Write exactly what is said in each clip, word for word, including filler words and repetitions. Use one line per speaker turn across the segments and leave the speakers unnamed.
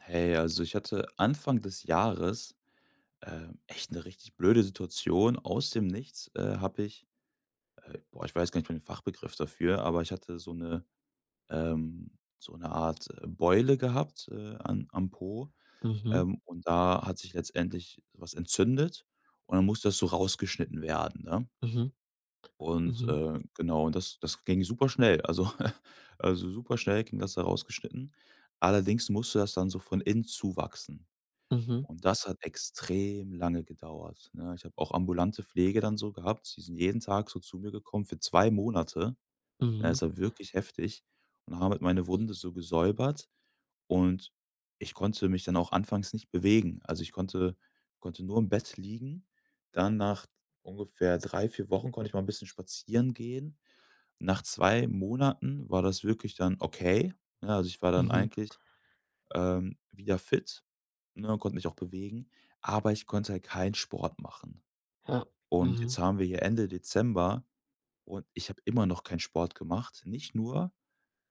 Hey, also ich hatte Anfang des Jahres, ähm, echt eine richtig blöde Situation. Aus dem Nichts, äh, habe ich äh, boah, ich weiß gar nicht mehr den Fachbegriff dafür, aber ich hatte so eine ähm, so eine Art, äh, Beule gehabt, äh, an am Po,
Mhm,
ähm, und da hat sich letztendlich was entzündet und dann musste das so rausgeschnitten werden, ne?
mhm,
Und,
mhm,
äh, genau, und das das ging super schnell. Also also super schnell ging das da rausgeschnitten. Allerdings musste das dann so von innen zuwachsen.
mhm,
Und das hat extrem lange gedauert, ne? Ich habe auch ambulante Pflege dann so gehabt. Die sind jeden Tag so zu mir gekommen für zwei Monate, ne?
mhm,
Es war wirklich heftig und haben halt meine Wunde so gesäubert und ich konnte mich dann auch anfangs nicht bewegen. Also, ich konnte konnte nur im Bett liegen. Dann nach ungefähr drei vier Wochen konnte ich mal ein bisschen spazieren gehen. Nach zwei Monaten war das wirklich dann okay, ne? Also, ich war dann
mhm,
eigentlich ähm, wieder fit, ne, konnte mich auch bewegen, aber ich konnte halt keinen Sport machen.
ja,
Und
mhm,
jetzt haben wir hier Ende Dezember und ich habe immer noch keinen Sport gemacht. Nicht nur,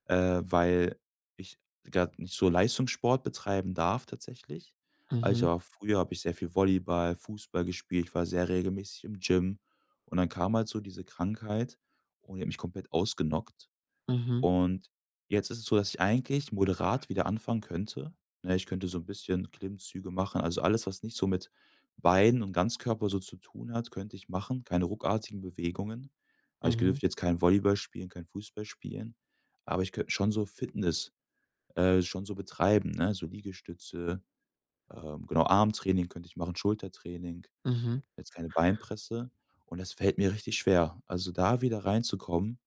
äh, weil ich gar nicht so Leistungssport betreiben darf tatsächlich. Also
mhm,
ich war früher habe ich sehr viel Volleyball, Fußball gespielt, ich war sehr regelmäßig im Gym und dann kam halt so diese Krankheit und die hat mich komplett ausgenockt.
mhm,
Und jetzt ist es so, dass ich eigentlich moderat wieder anfangen könnte. Ne, ich könnte so ein bisschen Klimmzüge machen. Also, alles, was nicht so mit Beinen und Ganzkörper so zu tun hat, könnte ich machen, keine ruckartigen Bewegungen. Also, ich
mhm,
dürfte jetzt kein Volleyball spielen, kein Fußball spielen, aber ich könnte schon so Fitness, äh, schon so betreiben, ne? So Liegestütze, ähm, genau, Armtraining könnte ich machen, Schultertraining,
mhm,
jetzt keine Beinpresse und das fällt mir richtig schwer. Also, da wieder reinzukommen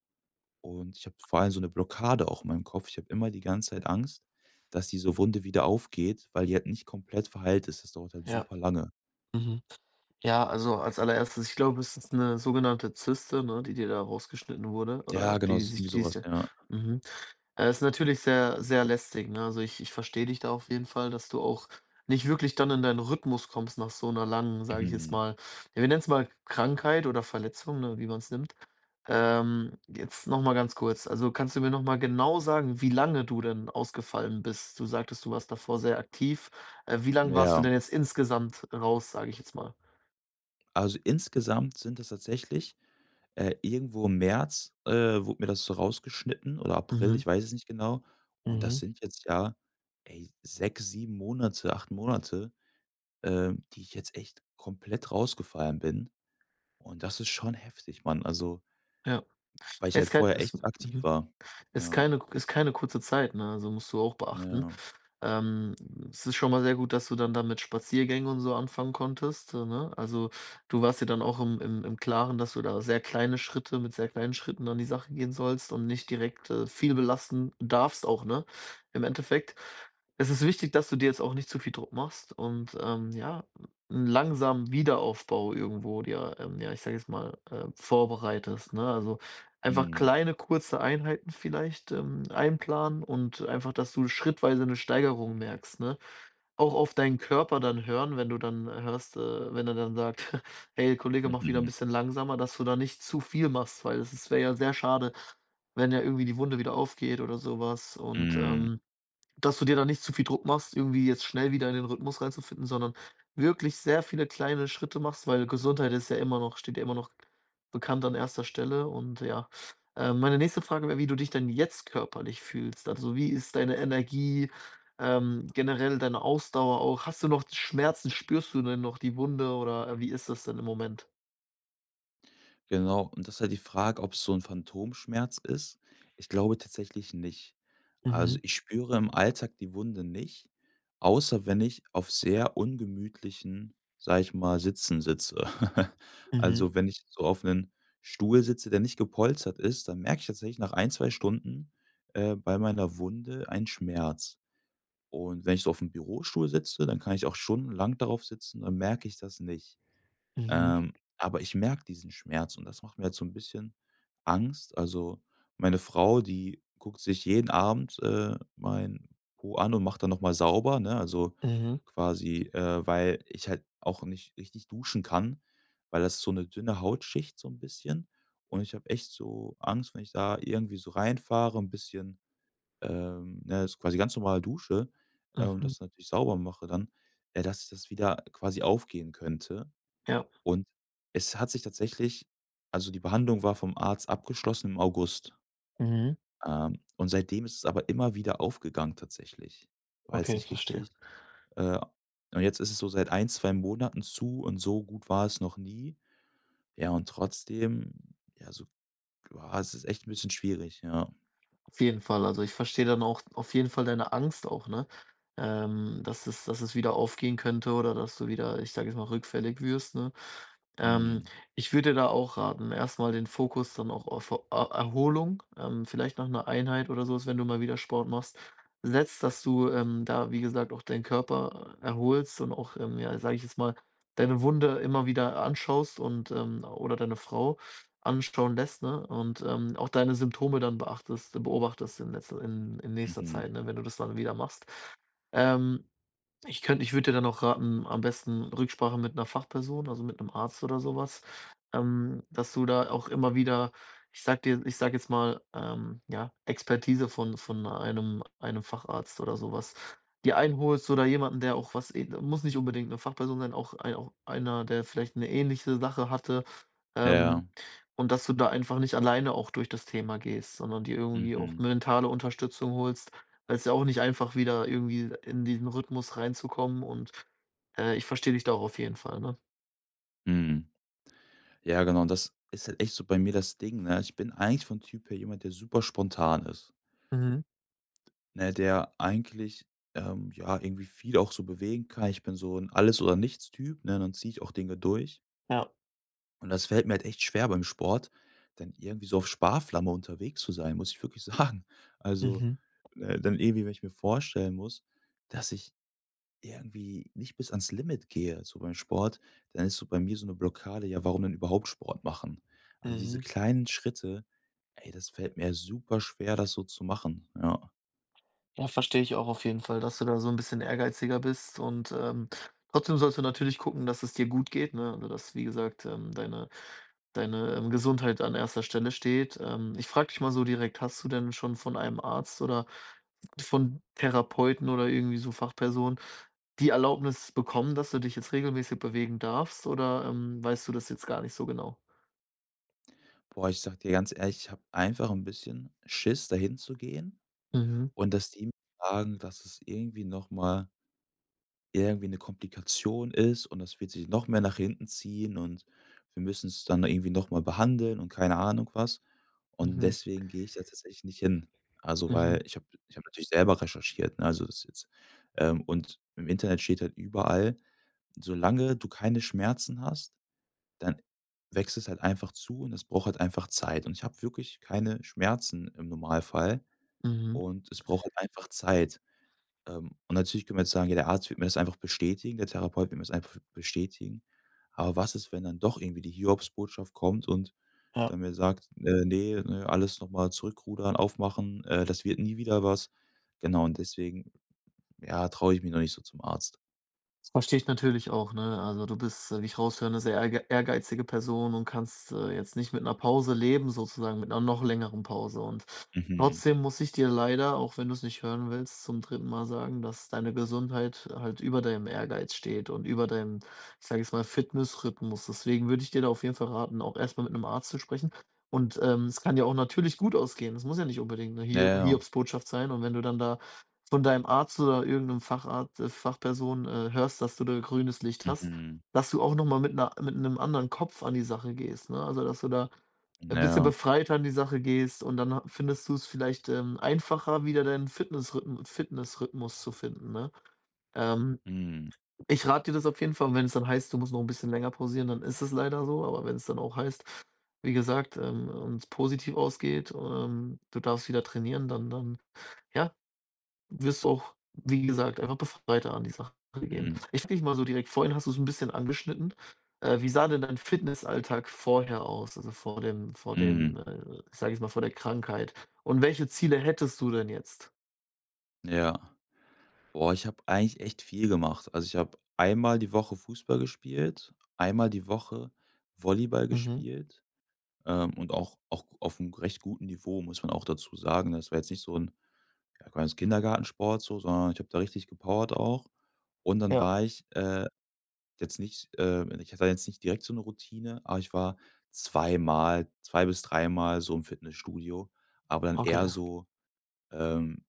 und ich habe vor allem so eine Blockade auch in meinem Kopf. Ich habe immer die ganze Zeit Angst, dass diese Wunde wieder aufgeht, weil die halt nicht komplett verheilt ist. Das dauert halt
ja,
super lange.
mhm. Ja, also als allererstes, ich glaube, es ist eine sogenannte Zyste, ne, die dir da rausgeschnitten wurde oder
Ja,
die
genau,
die
s
sich
irgendwie
die ist
sowas,
dir
ja.
mhm. Äh, ist natürlich sehr, sehr lästig, ne? Also, ich ich verstehe dich da auf jeden Fall, dass du auch nicht wirklich dann in deinen Rhythmus kommst nach so einer langen, sage ich jetzt
Mhm.
mal, ja, wir nennen es mal Krankheit oder Verletzung, ne, wie man es nimmt. Ähm, jetzt noch mal ganz kurz, also, kannst du mir noch mal genau sagen, wie lange du denn ausgefallen bist? Du sagtest, du warst davor sehr aktiv. Äh, wie lang warst du
Ja.
denn jetzt insgesamt raus, sage ich jetzt mal?
Also, insgesamt sind das tatsächlich, äh, irgendwo im März, äh, wurde mir das so rausgeschnitten oder April,
Mhm,
ich weiß es nicht genau. Und das
mhm.
sind jetzt ja, ey, sechs, sieben Monate, acht Monate, ähm, die ich jetzt echt komplett rausgefallen bin. Und das ist schon heftig, Mann. Also
Ja.
weil ich halt
Ist kein
vorher
ist
echt aktiv
mhm.
war.
Ist
Ja,
keine ist keine kurze Zeit, ne? Also, musst du auch beachten.
ja.
Ähm, es ist schon mal sehr gut, dass du dann da mit Spaziergängen und so anfangen konntest, äh, ne? Also, du warst dir dann auch im im im Klaren, dass du da sehr kleine Schritte mit sehr kleinen Schritten an die Sache gehen sollst und nicht direkt, äh, viel belasten darfst auch, ne, im Endeffekt. Es ist wichtig, dass du dir jetzt auch nicht zu viel Druck machst und, ähm, ja, 'n langsamen Wiederaufbau irgendwo dir, ähm, ja, ich sage jetzt mal, äh, vorbereitest, ne? Also, einfach
Mhm.
kleine, kurze Einheiten vielleicht, ähm, einplanen und einfach, dass du schrittweise eine Steigerung merkst, ne? Auch auf deinen Körper dann hören, wenn du dann hörst, äh wenn er dann sagt: „Hey, Kollege,
Mhm,
mach wieder ein
mhm,
bisschen langsamer“, dass du da nicht zu viel machst, weil es wäre ja sehr schade, wenn ja irgendwie die Wunde wieder aufgeht oder sowas und,
mhm.
ähm dass du dir da nicht zu viel Druck machst, irgendwie jetzt schnell wieder in den Rhythmus reinzufinden, sondern wirklich sehr viele kleine Schritte machst, weil Gesundheit ist ja immer noch steht ja immer noch bekannt an erster Stelle und ja. Ähm, meine nächste Frage wäre, wie du dich denn jetzt körperlich fühlst? Also, wie ist deine Energie, ähm, generell deine Ausdauer auch? Hast du noch Schmerzen? Spürst du denn noch die Wunde oder, äh, wie ist das denn im Moment?
Genau, und das ist halt die Frage, ob es so 'n Phantomschmerz ist. Ich glaube tatsächlich nicht. Also,
Mhm,
ich spüre im Alltag die Wunde nicht, außer wenn ich auf sehr ungemütlichen, sage ich mal, Sitzen sitze.
mhm,
Also, wenn ich so auf 'nen Stuhl sitze, der nicht gepolstert ist, dann merke ich tatsächlich nach ein zwei Stunden, äh, bei meiner Wunde einen Schmerz. Und wenn ich so auf dem Bürostuhl sitze, dann kann ich auch stundenlang darauf sitzen, dann merke ich das nicht.
mhm.
Ähm, aber ich merke diesen Schmerz und das macht mir jetzt so ein bisschen Angst. Also, meine Frau, die guckt sich jeden Abend, äh, meinen Po an und macht dann noch mal sauber, ne? Also,
Mhm,
quasi, äh, weil ich halt auch nicht richtig duschen kann, weil das ist so eine dünne Hautschicht so ein bisschen und ich habe echt so Angst, wenn ich da irgendwie so reinfahre, ein bisschen ähm, ne, ist quasi ganz normal dusche, äh, und
mhm,
das natürlich sauber mache dann, äh, dass das wieder quasi aufgehen könnte.
ja.
Und es hat sich tatsächlich also die Behandlung war vom Arzt abgeschlossen im August,
Mhm,
ähm, und seitdem ist es aber immer wieder aufgegangen tatsächlich. War jetzt
okay,
nicht
verstehe.
richtig, äh und jetzt ist es so seit ein zwei Monaten zu und so gut war es noch nie. Ja, und trotzdem, ja, so ah, es ist echt ein bisschen schwierig, ja.
Auf jeden Fall. Also, ich verstehe dann auch auf jeden Fall deine Angst auch, ne? Ähm, dass es dass es wieder aufgehen könnte oder dass du wieder, ich sage jetzt mal, rückfällig wirst, ne? Ähm,
Mhm.
ich würde dir da auch raten, erstmal den Fokus dann auch auf Er Erholung, ähm, vielleicht nach 'ner Einheit oder so wenn du mal wieder Sport machst, setzt, dass du, ähm, da, wie gesagt, auch deinen Körper äh, erholst und auch, ähm, ja, sage ich jetzt mal, deine Wunde immer wieder anschaust und, ähm oder deine Frau anschauen lässt, ne? Und, ähm, auch deine Symptome dann beachtest beobachtest in letzter in in nächster
Mhm.
Zeit, ne, wenn du das dann wieder machst. Ähm, ich könnte ich würde dir dann auch raten, am besten Rücksprache mit einer Fachperson, also mit einem Arzt oder sowas, ähm, dass du da auch immer wieder, ich sag dir ich sag jetzt mal, ähm, ja, Expertise von von einem einem Facharzt oder sowas, was dir einholst oder jemanden, der auch was ähn muss nicht unbedingt eine Fachperson sein, auch ein auch einer, der vielleicht eine ähnliche Sache hatte,
Ja,
ähm,
ja.
und dass du da einfach nicht alleine auch durch das Thema gehst, sondern dir irgendwie auch
Mhm.
mentale Unterstützung holst. Es ist ja auch nicht einfach, wieder irgendwie in diesen Rhythmus reinzukommen und, äh, ich verstehe dich da auch auf jeden Fall, ne?
Mhm. Ja, genau, und das ist halt echt so bei mir das Ding, ne? Ich bin eigentlich von Typ her jemand, der super spontan ist,
Mhm.
ne? Der eigentlich, ähm, ja, irgendwie viel auch so bewegen kann. Ich bin so ein Alles-oder-nichts-Typ, ne? Dann ziehe ich auch Dinge durch.
Ja.
Und das fällt mir halt echt schwer beim Sport, dann irgendwie so auf Sparflamme unterwegs zu sein, muss ich wirklich sagen. Also,
Mhm.
äh, dann irgendwie, wenn ich mir vorstellen muss, dass ich irgendwie nicht bis ans Limit gehe, so beim Sport, dann ist so bei mir so eine Blockade, ja, warum denn überhaupt Sport machen? Also, diese
Mhm.
kleinen Schritte, ey, das fällt mir super schwer, das so zu machen, ja.
Ja, verstehe ich auch auf jeden Fall, dass du da so ein bisschen ehrgeiziger bist und, ähm, trotzdem sollst du natürlich gucken, dass es dir gut geht, ne? Also, dass, wie gesagt, ähm, deine deine, ähm, Gesundheit an erster Stelle steht. Ähm, ich frage dich mal so direkt, hast du denn schon von einem Arzt oder von Therapeuten oder irgendwie so Fachpersonen die Erlaubnis bekommen, dass du dich jetzt regelmäßig bewegen darfst oder, ähm, weißt du das jetzt gar nicht so genau?
Boah, ich sag dir ganz ehrlich, ich habe einfach ein bisschen Schiss, dahin zu gehen
Mhm,
und dass die mir sagen, dass es irgendwie noch mal irgendwie eine Komplikation ist und das wird sich noch mehr nach hinten ziehen und wir müssen es dann irgendwie noch mal behandeln und keine Ahnung was. Und
mhm,
deswegen gehe ich da tatsächlich nicht hin. Also,
mhm,
weil ich habe ich habe natürlich selber recherchiert, ne, also, das ist jetzt ähm, und im Internet steht halt überall: „Solange du keine Schmerzen hast, dann wächst es halt einfach zu und das braucht halt einfach Zeit.“ Und ich habe wirklich keine Schmerzen im Normalfall
mhm,
und es braucht halt einfach Zeit. Ähm, und natürlich können wir jetzt sagen: „Ja, der Arzt wird mir das einfach bestätigen, der Therapeut wird mir das einfach bestätigen.“ Aber was ist, wenn dann doch irgendwie die Hiobsbotschaft kommt und
ja.
dann mir sagt: „Äh, ne, ne, alles noch mal zurückrudern, aufmachen, äh, das wird nie wieder was.“ Genau, und deswegen, ja, traue ich mich noch nicht so zum Arzt.
Das verstehe ich natürlich auch, ne? Also, du bist, äh, wie ich raushöre, eine sehr ehrge ehrgeizige Person und kannst, äh, jetzt nicht mit einer Pause leben sozusagen, mit einer noch längeren Pause. Und
Mhm.
trotzdem muss ich dir leider, auch wenn du es nicht hören willst, zum dritten Mal sagen, dass deine Gesundheit halt über deinem Ehrgeiz steht und über deinem, ich sage jetzt mal, Fitnessrhythmus. Deswegen würde ich dir da auf jeden Fall raten, auch erstmal mit einem Arzt zu sprechen. Und, ähm, es kann ja auch natürlich gut ausgehen. Es muss ja nicht unbedingt 'ne
Ja,
Hio
ja.
Hiobsbotschaft sein. Und wenn du dann da von deinem Arzt oder irgendeinem Facharzt äh, Fachperson, äh, hörst, dass du da grünes Licht hast,
Mhm.
dass du auch noch mal mit 'ner mit 'nem anderen Kopf an die Sache gehst, ne? Also, dass du da ein bisschen
Ja.
befreiter an die Sache gehst und dann ha findest du es vielleicht, ähm, einfacher, wieder deinen Fitnessrhythm Fitnessrhythmus zu finden, ne? Ähm,
Mhm.
ich rate dir das auf jeden Fall, wenn es dann heißt, du musst noch ein bisschen länger pausieren, dann ist es leider so, aber wenn es dann auch heißt, wie gesagt, ähm, und es positiv ausgeht, ähm, du darfst wieder trainieren, dann dann ja, wirst du auch, wie gesagt, einfach befreiter an die Sache gehen.
Mhm.
Ich frage dich mal so direkt, vorhin hast du es ein bisschen angeschnitten. Äh, wie sah denn dein Fitnessalltag vorher aus, also vor dem vor
Mhm.
dem, äh ich sage jetzt mal, vor der Krankheit? Und welche Ziele hättest du denn jetzt?
Ja. Boah, ich habe eigentlich echt viel gemacht. Also, ich habe einmal die Woche Fußball gespielt, einmal die Woche Volleyball
Mhm.
gespielt. Ähm, und auch auch auf einem recht guten Niveau, muss man auch dazu sagen. Das war jetzt nicht so ein ja, kleines Kindergartensport so, sondern ich habe da richtig gepowert auch. Und dann
Ja,
war ich, äh, jetzt nicht ähm, ich hatte jetzt nicht direkt so eine Routine, aber ich war zweimal, zwei bis dreimal so im Fitnessstudio, aber dann
okay.
eher so, ähm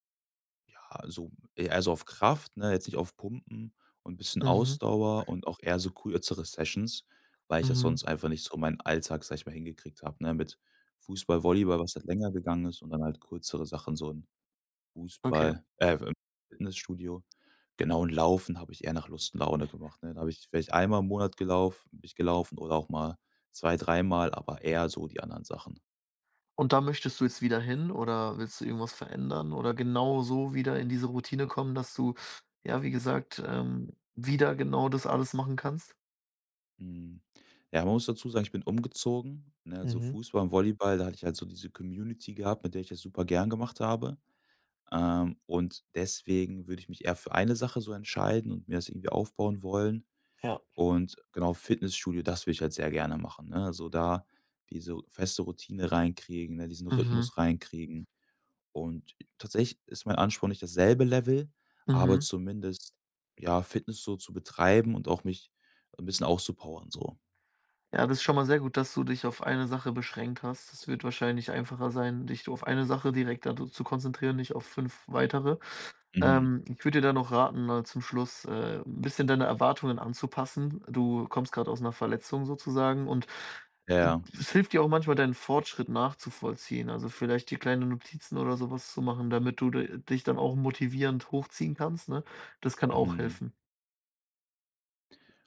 ja, so eher so auf Kraft, ne, jetzt nicht auf Pumpen und ein bisschen
Mhm,
Ausdauer und auch eher so kürzere Sessions, weil ich das
mhm,
sonst einfach nicht so in meinen Alltag, sage ich mal, hingekriegt habe, ne, mit Fußball, Volleyball, was halt länger gegangen ist und dann halt kürzere Sachen, so ein
okay.
Fußball äh, im Fitnessstudio. Genau, und Laufen habe ich eher nach Lust und Laune gemacht, ne? Da habe ich vielleicht einmal im Monat gelaufen bin ich gelaufen oder auch mal zwei dreimal, aber eher so die anderen Sachen.
Und da möchtest du jetzt wieder hin oder willst du irgendwas verändern oder genau so wieder in diese Routine kommen, dass du, ja, wie gesagt, ähm, wieder genau das alles machen kannst?
Mhm. Ja, man muss dazu sagen, ich bin umgezogen, ne, also
Mhm,
Fußball und Volleyball, da hatte ich halt so diese Community gehabt, mit der ich das super gern gemacht habe. Ähm, und deswegen würde ich mich eher für eine Sache so entscheiden und mir das irgendwie aufbauen wollen.
ja.
Und genau, Fitnessstudio, das würde ich halt sehr gerne machen. Ne? Also da diese feste Routine reinkriegen, ne, diesen
Mhm,
Rhythmus reinkriegen. Und tatsächlich ist mein Anspruch nicht dasselbe Level, aber
mhm.
zumindest ja, Fitness so zu betreiben und auch mich ein bisschen auszupowern so.
Ja, das ist schon mal sehr gut, dass du dich auf eine Sache beschränkt hast. Das wird wahrscheinlich einfacher sein, dich auf eine Sache direkt da zu konzentrieren, nicht auf fünf weitere.
Mhm.
Ähm, ich würde dir da noch raten, äh, zum Schluss, äh, 'n bisschen deine Erwartungen anzupassen. Du kommst gerade aus einer Verletzung sozusagen und,
Ja,
äh,
ja.
es hilft dir auch manchmal, deinen Fortschritt nachzuvollziehen. Also, vielleicht dir kleine Notizen oder sowas zu machen, damit du d dich dann auch motivierend hochziehen kannst, ne? Das kann auch
Mhm.
helfen.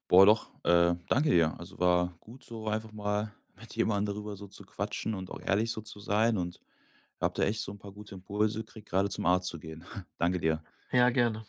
Boah, doch, äh, danke dir. Also, war gut, so einfach mal mit jemandem darüber so zu quatschen und auch ehrlich so zu sein und habe da echt so ein paar gute Impulse gekriegt, gerade zum Arzt zu gehen. Danke dir.
Ja, gerne.